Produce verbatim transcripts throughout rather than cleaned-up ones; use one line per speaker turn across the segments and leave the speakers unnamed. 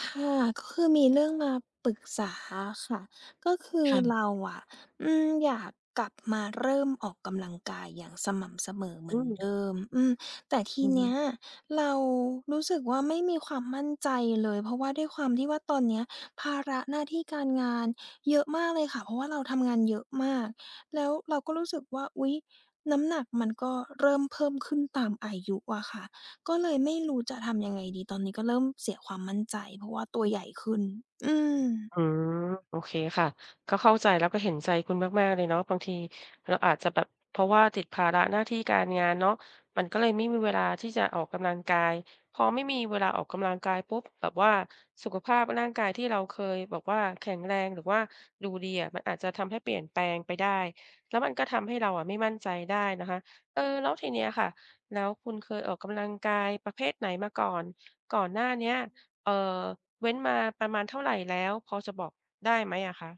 ค่ะก็คือมีเรื่องมาปรึกษาค่ะก็คือ
ค่ะ
เราอะอืมอยากกลับมาเริ่มออกกำลังกายอย่างสม่ำเสมอเหมื
อื
อน
ม
เดิมอืมแต่ที
อือฮึ
เนี้ยเรารู้สึกว่าไม่มีความมั่นใจเลยเพราะว่าด้วยความที่ว่าตอนเนี้ยภาระหน้าที่การงานเยอะมากเลยค่ะเพราะว่าเราทำงานเยอะมากแล้วเราก็รู้สึกว่าอุ๊ยน้ำหนักมันก็เริ่มเพิ่มขึ้นตามอายุอะค่ะ ก็เลยไม่รู้จะทำยังไงดีตอนนี้ก็เริ่มเสียความมั่นใจเพราะว่าตัวใหญ่ขึ้น อืม
อืมโอเคค่ะก็เข้าใจแล้วก็เห็นใจคุณมากๆเลยเนาะบางทีเราอาจจะแบบเพราะว่าติดภาระหน้าที่การงานเนาะมันก็เลยไม่มีเวลาที่จะออกกำลังกายพอไม่มีเวลาออกกำลังกายปุ๊บแบบว่าสุขภาพร่างกายที่เราเคยแบบว่าแข็งแรงหรือว่าดูดีอะมันอาจจะทำให้เปลี่ยนแปลงไปได้แล้วมันก็ทำให้เราอะไม่มั่นใจได้นะคะเออแล้วทีเนี้ยค่ะแล้วคุณเคยออกกำลังกายประเภทไหนมาก่อน ก่อนหน้าเนี้ย เอ่อเว้นมาประมาณเท่าไรแล้วพอจะบอกได้ไหมอะคะ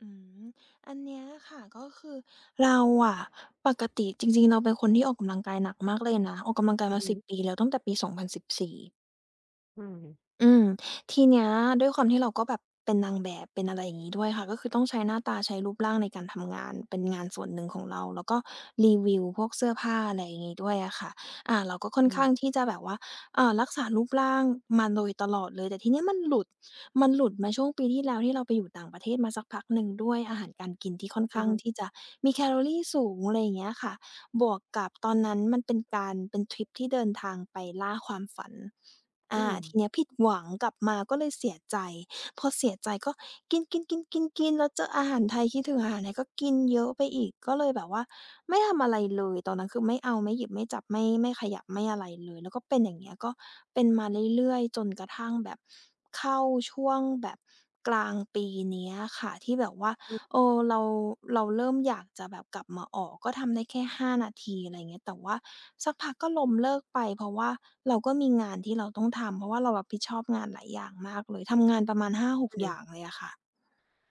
อืมอันเนี้ยค่ะก็คือเราอะปกติจริงๆเราเป็นคนที่ออกกำลังกายหนักมากเลยนะออกกำลังกาย
อือ
มา
ฮึ
สิบปีแล้วตั้งแต่ปีสสองพันสิบสี่
อืม
อืมทีเนี้ยด้วยความที่เราก็แบบเป็นนางแบบเป็นอะไรอย่างงี้ด้วยค่ะก็คือต้องใช้หน้าตาใช้รูปร่างในการทำงานเป็นงานส่วนหนึ่งของเราแล้วก็รีวิวพวกเสื้อผ้าอะไรอย่างงี้ด้วยอะค่ะอ่าเราก็ค่อน
อืม
ข้างที่จะแบบว่าเอ่อรักษารูปร่างมาโดยตลอดเลยแต่ทีเนี้ยมันหลุดมันหลุดมาช่วงปีที่แล้วที่เราไปอยู่ต่างประเทศมาสักพักหนึ่งด้วยอาหารการกินที่ค่อน
อือ
ข้าง
ฮึ
ที่จะมีแคลอรีสูงอะไรอย่างเงี้ยค่ะบวกกับตอนนั้นมันเป็นการเป็นทริปที่เดินทางไปล่าความฝัน
อื
อา
ม
ทีเนี้ยผิดหวังกลับมาก็เลยเสียใจพอเสียใจก็กินๆๆๆๆแล้วเจออาหารไทยคิดถึงอาหารไทยก็กินเยอะไปอีกก็เลยแบบว่าไม่ทำอะไรเลยตอนนั้นคือไม่เอาไม่หยิบไม่จับไม่ไม่ขยับไม่อะไรเลยแล้วก็เป็นอย่างเงี้ยก็เป็นมาเรื่อยๆจนกระทั่งแบบเข้าช่วงแบบกลางปีเนี้ยค่ะที่แบบว่า
อืม
เออเราเราเริ่มอยากจะแบบกลับมาออกก็ทำได้แค่ห้านาทีอะไรเงี้ยแต่ว่าสักพักก็ล้มเลิกไปเพราะว่าเราก็มีงานที่เราต้องทำเพราะว่าเรารับผิดชอบงานหลายอย่างมากเลยทำงานประมาณ
อ
ห้าถึงหกอ
อ
ย่าง
ๆ
เลยอะค่ะ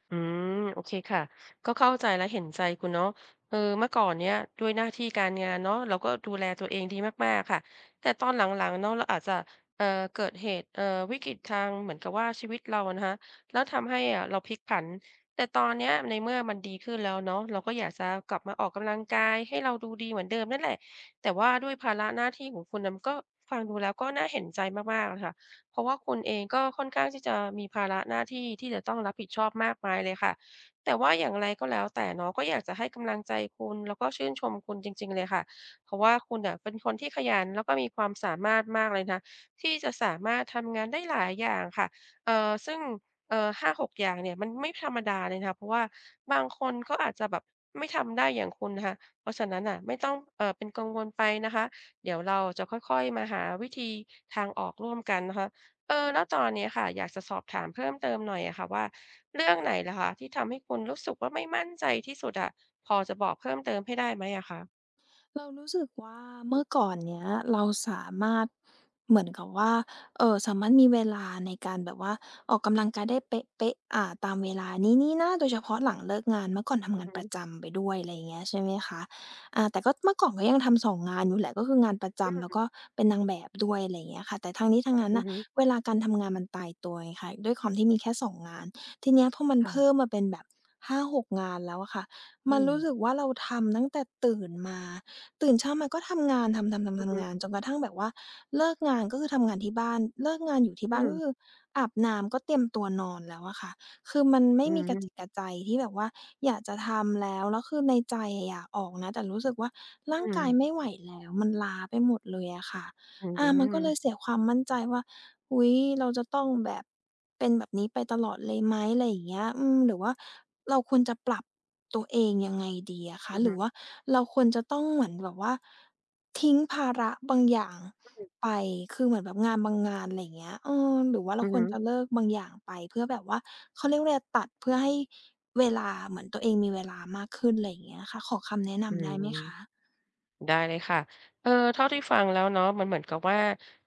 อืมโอเคค่ะก็เข้าใจและเห็นใจคุณเนาะเออเมื่อก่อนเนี้ยด้วยหน้าที่การงานเนาะเราก็ดูแลตัวเองดีมากๆค่ะแต่ตอนหลังๆเนาะเราอาจจะเอ่อเกิดเหตุเอ่อวิกฤตทางเหมือนกับว่าชีวิตเรานะคะแล้วทำให้อ่ะเราพลิกผันแต่ตอนเนี้ยในเมื่อมันดีขึ้นแล้วเนาะเราก็อยากจะกลับมาออกกำลังกายให้เราดูดีเหมือนเดิมนั่นแหละแต่ว่าด้วยภาระหน้าที่ของคุณน่ะมันก็ฟังดูแล้วก็น่าเห็นใจมากๆค่ะ เพราะว่าคุณเองก็ค่อนข้างที่จะมีภาระหน้าที่ที่จะต้องรับผิดชอบมากมายเลยค่ะแต่ว่าอย่างไรก็แล้วแต่เนาะก็อยากจะให้กำลังใจคุณแล้วก็ชื่นชมคุณจริงๆเลยค่ะเพราะว่าคุณน่ะเป็นคนที่ขยันแล้วก็มีความสามารถมากเลยนะที่จะสามารถทำงานได้หลายอย่างค่ะเอ่อซึ่งเอ่อหาหกอย่างเนี่ยมันไม่ธรรมดาเลยนะคะเพราะว่าบางคนก็อาจจะแบบไม่ทำได้อย่างคุณนะคะเพราะฉะนั้นน่ะไม่ต้องเอ่อเป็นกังวลไปนะคะเดี๋ยวเราจะค่อยๆมาหาวิธีทางออกร่วมกันนะคะ เออแล้วตอนนี้ค่ะอยากจะสอบถามเพิ่มเติมหน่อยอะค่ะว่าเรื่องไหนเหรอคะที่ทำให้คุณรู้สึกว่าไม่มั่นใจที่สุดอะพอจะบอกเพิ่มเติมให้ได้ไหมอะคะ
เรารู้สึกว่าเมื่อก่อนเนี้ยเราสามารถเหมือนกับว่าเอ่อสามารถมีเวลาในการแบบว่าออกกำลังกายได้เป๊ะๆอ่าตามเวลานี้ๆนะโดยเฉพาะหลังเลิกงานเมื่อก่อนทำ
อือ
งาน
ฮึ
ประจำไปด้วยอะไรอย่างเงี้ยใช่ไหมคะอ่าแต่ก็เมื่อก่อนก็ยังทำสองงงานอยู่แหละก็คืองานประ
อื
จำแล้ว
ม
ก็เป็นนางแบบด้วยอะไรอย่างเงี้ยค่ะแต่ทั้งนี้ทั้งนั้น
อือ
น่ะ
ฮึ
เวลาการทำงานมันตายตัวไงคะด้วยความที่มีแค่สองงงานทีเนี้ยพอมันเพิ่ม
ค่ะ
มาเป็นแบบห้าถึงหกงานแล้วอะค่ะ
อื
มัน
ม
รู้สึกว่าเราทำตั้งแต่ตื่นมา ตื่นเช้ามาก็ทำงานทำทำ
อื
ทำ
อฮึ
ทำงานจนกระทั่งแบบว่าเลิกงานก็คือทำงานที่บ้านเลิกงานอยู่ที่
อื
บ้านก็คือ
ม
อาบน้ำก็เตรียมตัวนอนแล้วอะค่ะคือมันไม่
อื
มีกระจิตก
ม
ระใจที่แบบว่าอยากจะทำแล้วแล้วคือในใจอะอยากออกนะแต่รู้สึกว่าร่าง
อืม
กายไม่ไหวแล้วมันล้าไปหมดเลยอะค่ะ
อืม
อา
อื
มันก็เลยเสียความมั่นใจว่าอุ๊ยเราจะต้องแบบเป็นแบบนี้ไปตลอดเลยไหมอะไรอย่างเงี้ยอืมหรือว่าเราควรจะปรับตัวเองยังไงดีอะคะ
อ
ห
ฮึ
รือว่าเราควรจะต้องเหมือนแบบว่าทิ้งภาระบางอย่างไปคือเหมือนแบบงานบางงานอะไรอย่างเงี้ยเออหรือว่าเรา
อือ
คว
ฮึ
รจะเลิกบางอย่างไปเพื่อแบบว่าเขาเรียกว่าอะไรตัดเพื่อให้เวลาเหมือนตัวเองมีเวลามากขึ้นอะไรอย่างเงี้ยค่ะขอคำแนะ
อือ
นำ
ฮึ
ได้
อื
ไหมคะ
ม ได้เลยค่ะเออเท่าที่ฟังแล้วเนาะมันเหมือนกับว่า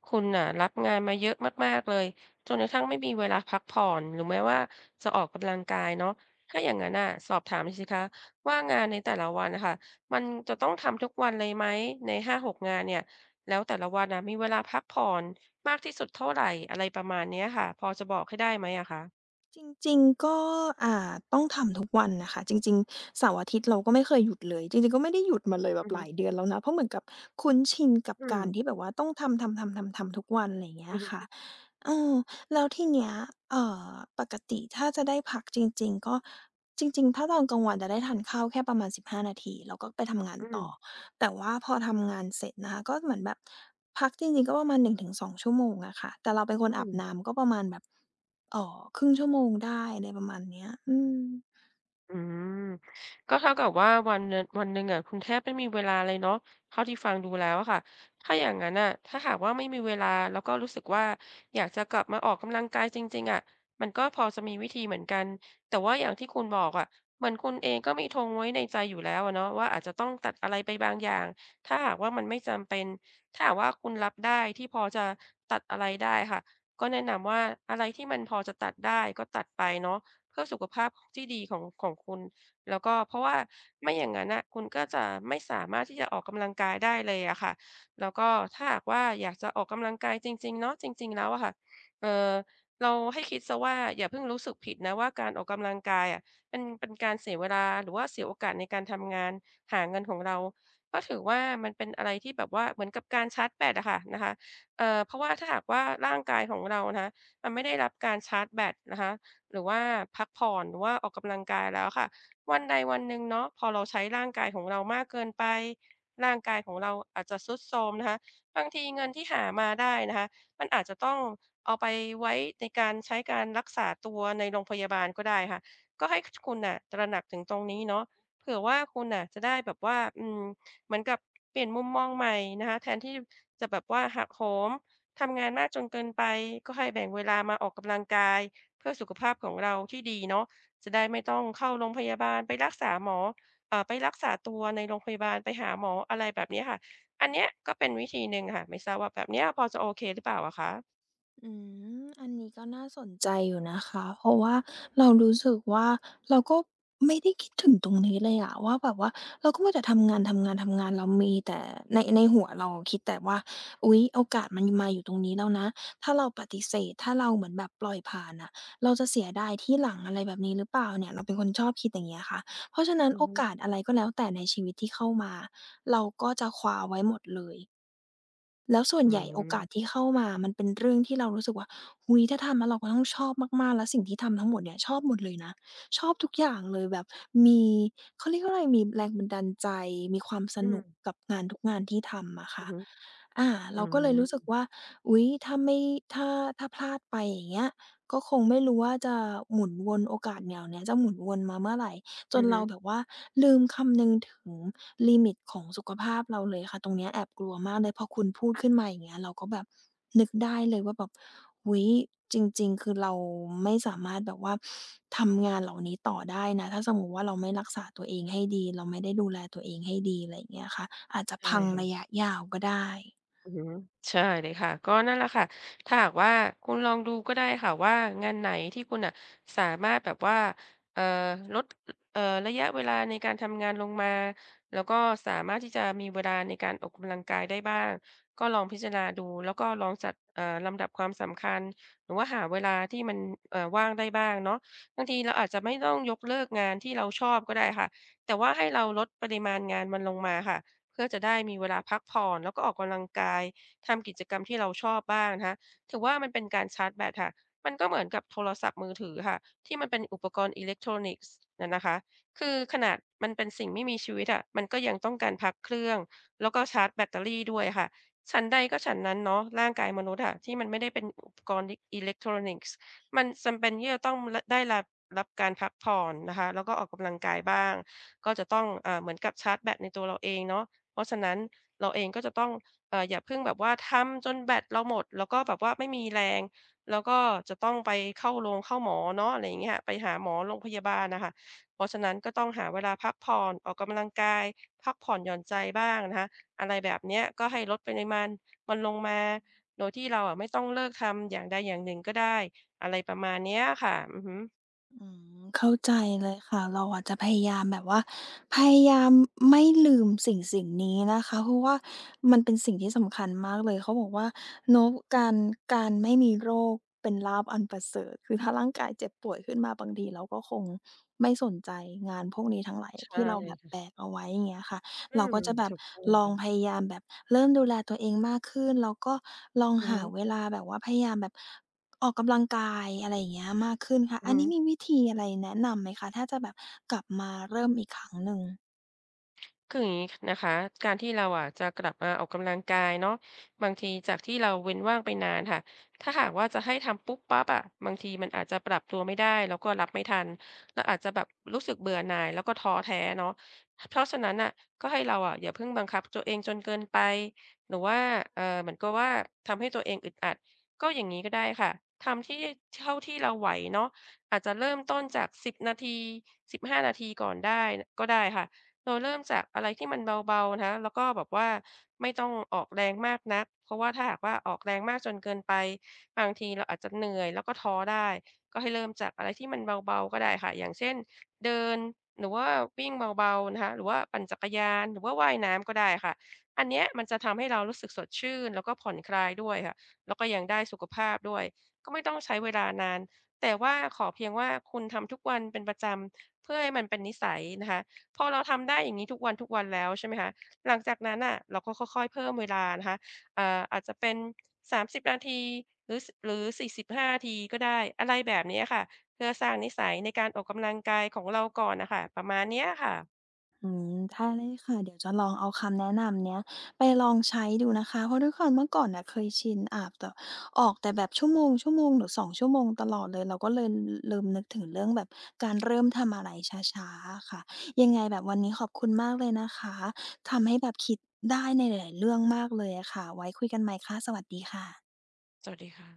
คุณน่ะรับงานมาเยอะมากๆเลยจนกระทั่งไม่มีเวลาพักผ่อนหรือแม้ว่าจะออกกำลังกายเนาะถ้าอย่างงั้นน่ะสอบถามหน่อยสิคะว่างานในแต่ละวันน่ะค่ะมันจะต้องทำทุกวันเลยไหมในหาหกงานเนี่ยแล้วแต่ละวันน่ะมีเวลาพักผ่อนมากที่สุดเท่าไรอะไรประมาณเนี้ยค่ะพอจะบอกให้ได้ไหมอะคะ
จริงๆ ก็อ่าต้องทำทุกวันน่ะค่ะจริงๆเสาร์อาทิตย์เราก็ไม่เคยหยุดเลย จริงๆ ก็ไม่ได้หยุดมาเลยแบ
อื
บ
อ
ห
ฮึ
ลายเดือนแล้วนะเพราะเหมือนกับคุ้นชินกับ
อืม
การที่แบบว่าต้องทำๆๆๆๆทุกวันไรเงี้
อื
ย
อ
ค่ะ
ฮึ
เออแล้วทีเนี้ยเอ่อปกติถ้าจะได้พักจริงๆก็จริงๆถ้าตอนกลางวันจะได้ทานข้าวแค่ประมาณสิบห้านาทีแล้วก็ไปทำงาน
อืม
ต่อแต่ว่าพอทำงานเสร็จนะคะก็เหมือนแบบพักจริงๆก็ประมาณหนึ่งถึงสองชั่วโมงอะค่ะแต่เราเป็นคน
อื
อาบ
ม
น้ำก็ประมาณแบบเอ่อครึ่งชั่วโมงได้อะไรประมาณเนี้ยอืม
อืมก็เท่ากับว่าวันเน่นวันหนึ่งอะคุณแทบไม่มีเวลาเลยเนาะเท่าที่ฟังดูแล้วอะค่ะถ้าอย่างนั้นอ่ะถ้าหากว่าไม่มีเวลาแล้วก็รู้สึกว่าอยากจะกลับมาออกกำลังกายจริงๆอะมันก็พอจะมีวิธีเหมือนกันแต่ว่าอย่างที่คุณบอกอะเหมือนคุณเองก็มีธงไว้ในใจอยู่แล้วอะเนาะว่าอาจจะต้องตัดอะไรไปบางอย่างถ้าหากว่ามันไม่จำเป็นถ้าหากว่าคุณรับได้ที่พอจะตัดอะไรได้ค่ะก็แนะนำว่าอะไรที่มันพอจะตัดได้ก็ตัดไปเนาะ เพื่อสุขภาพที่ดีของของคุณแล้วก็เพราะว่าไม่อย่างนั้นน่ะคุณก็จะไม่สามารถที่จะออกกำลังกายได้เลยอะค่ะแล้วก็ถ้าหากว่าอยากจะออกกำลังกายจริงๆเนาะจริงๆแล้วอะค่ะเอ่อเราให้คิดเสียว่าอย่าเพิ่งรู้สึกผิดนะว่าการออกกำลังกายอะเป็นเป็นการเสียเวลาหรือว่าเสียโอกาสในการทำงานหาเงินของเราก็ถือว่ามันเป็นอะไรที่แบบว่าเหมือนกับการชาร์จแบตอะค่ะนะคะเอ่อเพราะว่าถ้าหากว่าร่างกายของเรานะคะมันไม่ได้รับการชาร์จแบตนะคะ หรือว่าพักผ่อนหรือว่าออกกำลังกายแล้วค่ะวันใดวันหนึ่งเนาะพอเราใช้ร่างกายของเรามากเกินไปร่างกายของเราอาจจะทรุดโทรมนะคะบางทีเงินที่หามาได้นะคะมันอาจจะต้องเอาไปไว้ในการใช้การรักษาตัวในโรงพยาบาลก็ได้ค่ะก็ให้คคุณน่ะตระหนักถึงตรงนี้เนาะเผื่อว่าคุณน่ะจะได้แบบว่าอืมเหมือนกับเปลี่ยนมุมมองใหม่นะคะแทนที่จะแบบว่าหักโหมทำงานมากจนเกินไปก็ให้แบ่งเวลามาออกกำลังกาย เพื่อสุขภาพของเราที่ดีเนาะจะได้ไม่ต้องเข้าโรงพยาบาลไปรักษาหมอเอ่อไปรักษาตัวในโรงพยาบาลไปหาหมออะไรแบบนี้ค่ะอันเนี้ยก็เป็นวิธีหนึ่งค่ะไม่ทราบว่าแบบเนี้ยพอจะโอเคหรือเปล่าอะคะ
อืมอันนี้ก็น่าสนใจอยู่นะคะ เพราะว่าเรารู้สึกว่าเราก็ไม่ได้คิดถึงตรงนี้เลยอะว่าแบบว่าเราก็มัวแต่ทำงานๆๆเรามีแต่ในในหัวเราคิดแต่ว่าอุ๊ยโอกาสมันมาอยู่ตรงนี้แล้วนะถ้าเราปฏิเสธถ้าเราเหมือนแบบปล่อยผ่านน่ะเราจะเสียดายทีหลังอะไรแบบนี้หรือเปล่าเนี่ยเราเป็นคนชอบคิดอย่างเงี้ยค่ะเพราะฉะนั้น
อือ
โอ
ฮึ
กาสอะไรก็แล้วแต่ในชีวิตที่เข้ามาเราก็จะคว้าไว้หมดเลย แล้วส่วน
อื
ใหญ่โอกาสที่
ม
เข้ามามันเป็นเรื่องที่เรารู้สึกว่าอุ๊ยถ้าทำแล้วเราก็ต้องชอบมากๆแล้วสิ่งที่ทำทั้งหมดเนี่ยชอบหมดเลยนะชอบทุกอย่างเลยแบบมีเขาเรียกว่าอะไรมีแรงบันดาลใจมีความส
อืม
นุกกับงานทุกงานที่ทำอะ
อือ
ค่ะ
ฮึ
อา
อื
เราก็เลยรู้สึก
ม
ว่าอุ๊ยถ้าไม่ถ้าถ้าพลาดไปอย่างเงี้ยก็คงไม่รู้ว่าจะหมุนวนโอกาสเหล่าเนี้ยจะหมุนวนมาเมื่อไหร่จ
อื
น
อฮึ
เราแบบว่าลืมคำนึงถึงลิมิตของสุขภาพเราเลยค่ะตรงเนี้ยแอบกลัวมากเลยพอคุณพูดขึ้นมาอย่างเงี้ยเราก็แบบนึกได้เลยว่าแบบอุ๊ยจริงๆคือเราไม่สามารถแบบว่าทำงานเหล่านี้ต่อได้นะถ้าสมมุติว่าเราไม่รักษาตัวเองให้ดีเราไม่ได้ดูแลตัวเองให้ดีอะไรอย่างเงี้ยค่ะอาจจะ
ใช่
พัง
ค่ะ
ระยะยาวก็ได้
อือฮึใช่เลยค่ะก็นั่นแหละค่ะถ้าหากว่าคุณลองดูก็ได้ค่ะว่างานไหนที่คุณน่ะสามารถแบบว่าเอ่อลดเอ่อระยะเวลาในการทำงานลงมาแล้วก็สามารถที่จะมีเวลาในการออกกำลังกายได้บ้างก็ลองพิจารณาดูแล้วก็ลองจัดเอ่อลำดับความสำคัญหรือว่าหาเวลาที่มันเอ่อว่างได้บ้างเนาะบางทีเราอาจจะไม่ต้องยกเลิกงานที่เราชอบก็ได้ค่ะแต่ว่าให้เราลดปริมาณงานมันลงมาค่ะ เพื่อจะได้มีเวลาพักผ่อนแล้วก็ออกกำลังกายทำกิจกรรมที่เราชอบบ้างนะคะถือว่ามันเป็นการชาร์จแบตค่ะมันก็เหมือนกับโทรศัพท์มือถือค่ะที่มันเป็นอุปกรณ์อิเล็กทรอนิกส์น่ะนะคะคือขนาดมันเป็นสิ่งไม่มีชีวิตอะมันก็ยังต้องการพักเครื่องแล้วก็ชาร์จแบตเตอรี่ด้วยค่ะฉันใดก็ฉันนั้นเนาะร่างกายมนุษย์อะที่มันไม่ได้เป็นอุปกรณ์อิเล็กทรอนิกส์มันจำเป็นที่จะต้องละได้รับรับการพักผ่อนนะคะแล้วก็ออกกำลังกายบ้างก็จะต้องอ่าเหมือนกับชาร์จแบตในตัวเราเองเนาะ เพราะฉะนั้นเราเองก็จะต้องเอ่ออย่าเพิ่งแบบว่าทำจนแบตเราหมดแล้วก็แบบว่าไม่มีแรงแล้วก็จะต้องไปเข้าโรงเข้าหมอเนาะอะไรอย่างเงี้ยไปหาหมอโรงพยาบาลน่ะค่ะเพราะฉะนั้นก็ต้องหาเวลาพักผ่อนออกกำลังกายพักผ่อนหย่อนใจบ้างนะคะอะไรแบบเนี้ยก็ให้ลดปริมาณมันลงมาโดยที่เราอะไม่ต้องเลิกทำอย่างใดอย่างหนึ่งก็ได้อะไรประมาณเนี้ยค่ะอือฮึ
อืมเข้าใจเลยค่ะเราอะจจะพยายามแบบว่าพยายามไม่ลืมสิ่งสิ่งนี้นะคะเพราะว่ามันเป็นสิ่งที่สำคัญมากเลยเขาบอกว่าเนาะการการไม่มีโรคเป็นลาภอันประเสริฐคือถ้าร่างกายเจ็บป่วยขึ้นมาบางทีเราก็คงไม่สนใจงานพวกนี้ทั้งหลาย
ใช่
ที่เราแบบแบกเอาไว้อย่างเงี้ยค่ะ
อื
เรา
ม
ก็จะแบบ
ถูกต้อง
ลอ
ค่ะ
งพยายามแบบเริ่มดูแลตัวเองมากขึ้นแล้วก็ลอง
อือ
หา
ฮึ
เวลาแบบว่าพยายามแบบ ออกกำลังกายอะไรอย่างเงี้ยมากขึ้นค่ะ
อือ
อัน
ฮึ
นี้มีวิธีอะไรแนะนำไหมคะถ้าจะแบบกลับมาเริ่มอีกครั้งหนึ่ง
คืออย่างนี้นะคะการที่เราอะจะกลับมาออกกำลังกายเนาะบางทีจากที่เราเว้นว่างไปนานค่ะถ้าหากว่าจะให้ทำปุ๊บปั๊บอะบางทีมันอาจจะปรับตัวไม่ได้แล้วก็รับไม่ทันแล้วอาจจะแบบรู้สึกเบื่อหน่ายแล้วก็ท้อแท้เนาะเพราะฉะนั้นอ่ะก็ให้เราอ่ะอย่าเพิ่งบังคับตัวเองจนเกินไปหรือว่าเออเหมือนก็ว่าทำให้ตัวเองอึดอัดก็อย่างนี้ก็ได้ค่ะทำที่เท่าที่เราไหวเนาะอาจจะเริ่มต้นจากสิบนาทีสิบห้านาทีก่อนได้ก็ได้ค่ะ เราเริ่มจากอะไรที่มันเบาๆนะคะแล้วก็แบบว่าไม่ต้องออกแรงมากนักเพราะว่าถ้าหากว่าออกแรงมากจนเกินไปบางทีเราอาจจะเหนื่อยแล้วก็ท้อได้ก็ให้เริ่มจากอะไรที่มันเบาๆก็ได้ค่ะ อย่างเช่นเดินหรือว่าวิ่งเบาๆนะคะหรือว่าปั่นจักรยานหรือว่าว่ายน้ำก็ได้ค่ะอันเนี้ยมันจะทำให้เรารู้สึกสดชื่นแล้วก็ผ่อนคลายด้วยค่ะแล้วก็ยังได้สุขภาพด้วยก็ไม่ต้องใช้เวลานานแต่ว่าขอเพียงว่าคุณทำทุกวันเป็นประจำเพื่อให้มันเป็นนิสัยนะคะ พอเราทำได้อย่างนี้ทุกวันทุกวันแล้วใช่ไหมคะหลังจากนั้นน่ะเราก็ค่อยๆเพิ่มเวลานะคะอ่าอาจจะเป็นสามสิบนาทีหรือสหรือสี่สิบห้านาทีก็ได้อะไรแบบนี้อะค่ะเพื่อสร้างนิสัยในการออกกำลังกายของเราก่อนน่ะค่ะประมาณเนี้ยค่ะ
อืมได้เลยค่ะเดี๋ยวจะลองเอาคำแนะนำเนี้ยไปลองใช้ดูนะคะเพราะด้วยความเมื่อก่อนน่ะเคยชินอาบแต่ออกแต่แบบชั่วโมงๆหรือสองชั่วโมงตลอดเลยเราก็เลยลลืมนึกถึงเรื่องแบบการเริ่มทำอะไรช้าๆอะค่ะยังไงแบบวันนี้ขอบคุณมากเลยนะคะทำให้แบบคิดได้ในหลายๆเรื่องมากเลยอะค่ะไว้คุยกันใหม่ค่ะสวัสดีค่ะ
สวัสดีค่ะ